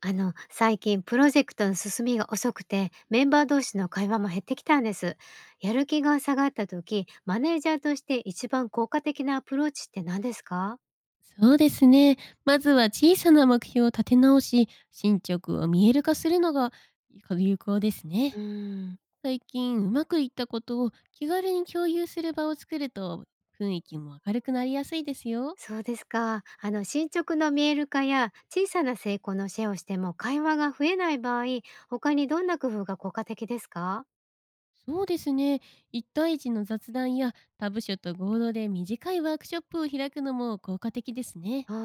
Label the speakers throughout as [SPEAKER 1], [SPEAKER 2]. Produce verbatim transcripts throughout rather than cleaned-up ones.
[SPEAKER 1] あの、最近プロジェクトの進みが遅くて、メンバー同士の会話も減ってきたんです。やる気が下がった時、マネージャーとして一番効果的なアプローチって何ですか？
[SPEAKER 2] そうですね。まずは小さな目標を立て直し、進捗を見える化するのが有効です
[SPEAKER 1] うー
[SPEAKER 2] ね。
[SPEAKER 1] ん、
[SPEAKER 2] 最近うまくいったことを気軽に共有する場を作ると、雰囲気も明るくなりやすいですよ。
[SPEAKER 1] そうですか。あの、進捗の見える化や小さな成功のシェアをしても会話が増えない場合、他にどんな工夫が効果的ですか？
[SPEAKER 2] そうですね。一対一の雑談や、他部署と合同で短いワークショップを開くのも効果的ですね。
[SPEAKER 1] ああ、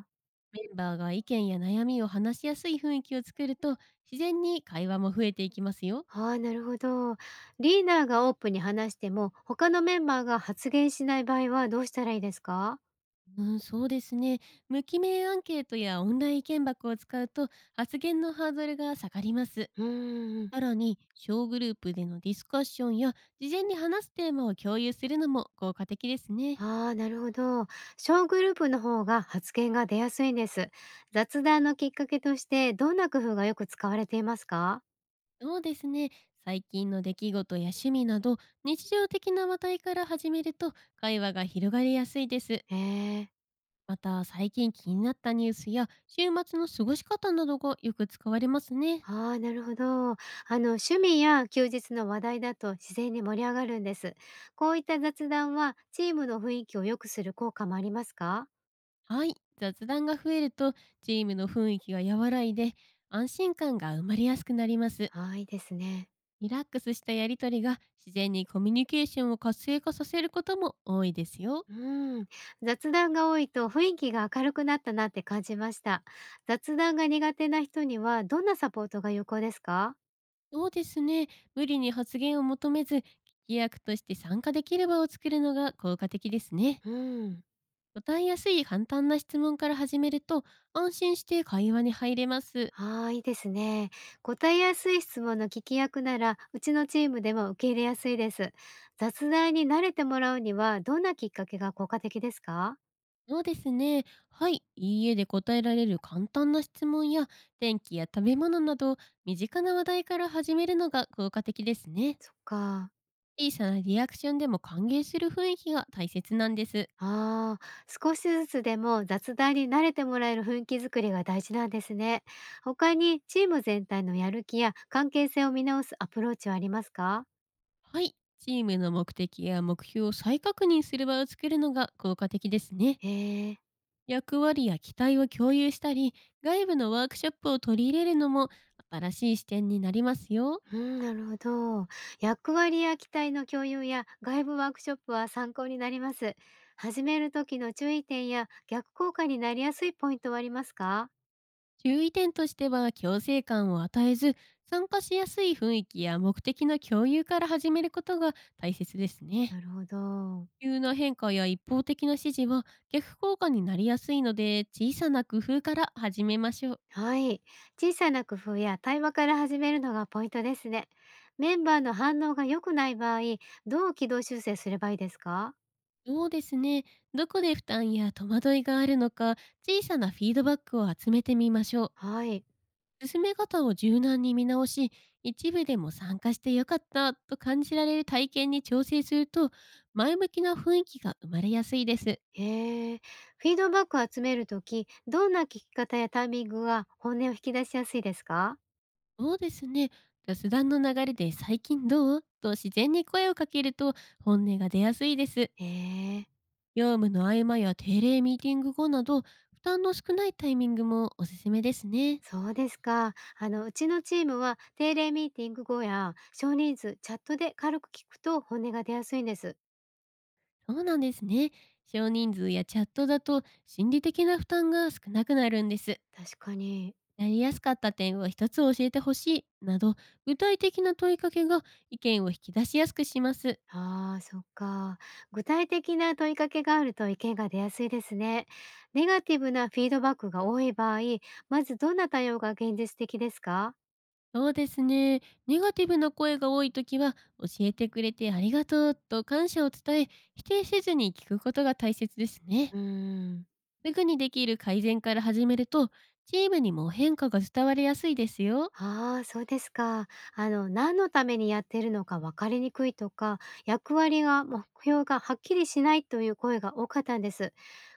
[SPEAKER 1] あ
[SPEAKER 2] メンバーが意見や悩みを話しやすい雰囲気を作ると、自然に会話も増えていきますよ。
[SPEAKER 1] ーあー、なるほど。リーダーがオープンに話しても、他のメンバーが発言しない場合はどうしたらいいですか？
[SPEAKER 2] うん、そうですね。無記名アンケートやオンライン意見箱を使うと、発言のハードルが下がります。
[SPEAKER 1] うーん。
[SPEAKER 2] さらに、小グループでのディスカッションや、事前に話すテーマを共有するのも効果的ですね。
[SPEAKER 1] ああ、なるほど。小グループの方が発言が出やすいんです。雑談のきっかけとして、どんな工夫がよく使われていますか？
[SPEAKER 2] そうですね。最近の出来事や趣味など、日常的な話題から始めると会話が広がりやすいです。
[SPEAKER 1] へえ。
[SPEAKER 2] また、最近気になったニュースや週末の過ごし方などがよく使われますね。
[SPEAKER 1] ああ、なるほど。あの、趣味や休日の話題だと自然に盛り上がるんです。こういった雑談は、チームの雰囲気を良くする効果もありますか？
[SPEAKER 2] はい、雑談が増えると、チームの雰囲気が和らいで安心感が生まれやすくなります。
[SPEAKER 1] ああ、いいですね。
[SPEAKER 2] リラックスしたやりとりが自然にコミュニケーションを活性化させることも多いですよ。
[SPEAKER 1] うん。雑談が多いと雰囲気が明るくなったなって感じました。雑談が苦手な人には、どんなサポートが有効ですか？
[SPEAKER 2] そうですね。無理に発言を求めず、聞き役として参加できる場を作るのが効果的ですね。
[SPEAKER 1] うん。
[SPEAKER 2] 答えやすい簡単な質問から始めると、安心して会話に入れます。
[SPEAKER 1] ああ、いいですね。答えやすい質問の聞き役なら、うちのチームでも受け入れやすいです。雑談に慣れてもらうには、どんなきっかけが効果的ですか？
[SPEAKER 2] そうですね。はい、いいえで答えられる簡単な質問や、天気や食べ物など、身近な話題から始めるのが効果的ですね。
[SPEAKER 1] そっか。
[SPEAKER 2] 小さなリアクションでも歓迎する雰囲気が大切なんです。
[SPEAKER 1] ああ、少しずつでも雑談に慣れてもらえる雰囲気づくりが大事なんですね。他にチーム全体のやる気や関係性を見直すアプローチはありますか？
[SPEAKER 2] はい、チームの目的や目標を再確認する場を作るのが効果的ですね。
[SPEAKER 1] へえ。
[SPEAKER 2] 役割や期待を共有したり、外部のワークショップを取り入れるのも新しい視点になりますよ。
[SPEAKER 1] うん、なるほど。役割や期待の共有や外部ワークショップは参考になります。始める時の注意点や逆効果になりやすいポイントはありますか？
[SPEAKER 2] 注意点としては、強制感を与えず、参加しやすい雰囲気や目的の共有から始めることが大切です
[SPEAKER 1] な
[SPEAKER 2] ね。
[SPEAKER 1] るほど。
[SPEAKER 2] 急な変化や一方的な指示は逆効果になりやすいので、小さな工夫から始めましょう。
[SPEAKER 1] はい。小さな工夫や対話から始めるのがポイントですね。メンバーの反応が良くない場合、どう軌道修正すればいいですか？
[SPEAKER 2] そうですね。どこで負担や戸惑いがあるのか、小さなフィードバックを集めてみましょう。
[SPEAKER 1] はい。
[SPEAKER 2] 進め方を柔軟に見直し、一部でも参加してよかったと感じられる体験に調整すると、前向きな雰囲気が生まれやすいです。
[SPEAKER 1] へえ。フィードバックを集めるとき、どんな聞き方やタイミングが本音を引き出しやすいですか？
[SPEAKER 2] そうですね。雑談の流れで最近どうと自然に声をかけると、本音が出やすいです。
[SPEAKER 1] へえ。
[SPEAKER 2] 業務の合間や定例ミーティング後など、負担の少ないタイミングもおすすめですね。
[SPEAKER 1] そうですか。あの、うちのチームは定例ミーティング後や少人数チャットで軽く聞くと本音が出やすいんです。
[SPEAKER 2] そうなんですね。少人数やチャットだと、心理的な負担が少なくなるんです。
[SPEAKER 1] 確かに。
[SPEAKER 2] やりやすかった点を一つ教えてほしいなど、具体的な問いかけが意見を引き出しやすくします。
[SPEAKER 1] ああ、そっか。具体的な問いかけがあると意見が出やすいですね。ネガティブなフィードバックが多い場合、まずどんな対応が現実的ですか？
[SPEAKER 2] そうですね。ネガティブな声が多いときは、教えてくれてありがとうと感謝を伝え、否定せずに聞くことが大切ですね。
[SPEAKER 1] うーん。
[SPEAKER 2] すぐにできる改善から始めると、チームにも変化が伝わりやすいですよ。
[SPEAKER 1] ああ、そうですか。あの、何のためにやってるのか分かりにくいとか、役割が、目標がはっきりしないという声が多かったんです。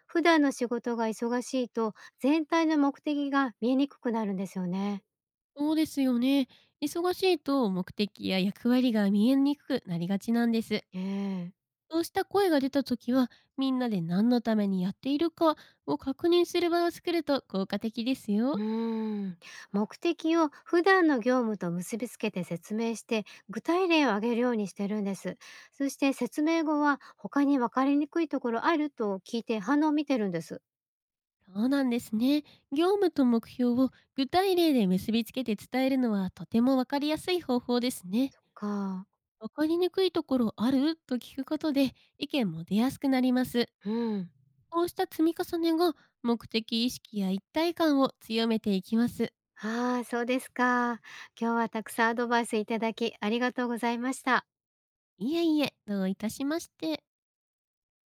[SPEAKER 1] 普段の仕事が忙しいと、全体の目的が見えにくくなるんですよね。
[SPEAKER 2] そうですよね。忙しいと目的や役割が見えにくくなりがちなんです。
[SPEAKER 1] ええ。
[SPEAKER 2] そうした声が出たときは、みんなで何のためにやっているかを確認する場を作ると効果的です
[SPEAKER 1] う
[SPEAKER 2] よ。
[SPEAKER 1] ーん。目的を普段の業務と結びつけて説明して、具体例を挙げるようにしてるんです。そして説明後は、他に分かりにくいところあると聞いて反応を見てるんです。
[SPEAKER 2] そうなんですね。業務と目標を具体例で結びつけて伝えるのは、とてもわかりやすい方法ですね。
[SPEAKER 1] か。
[SPEAKER 2] わかりにくいところあると聞くことで、意見も出やすくなります。
[SPEAKER 1] うん。
[SPEAKER 2] こうした積み重ねが、目的意識や一体感を強めていきます。
[SPEAKER 1] ああ、そうですか。今日はたくさんアドバイスいただき、ありがとうございました。
[SPEAKER 2] いえいえ、どういたしまして。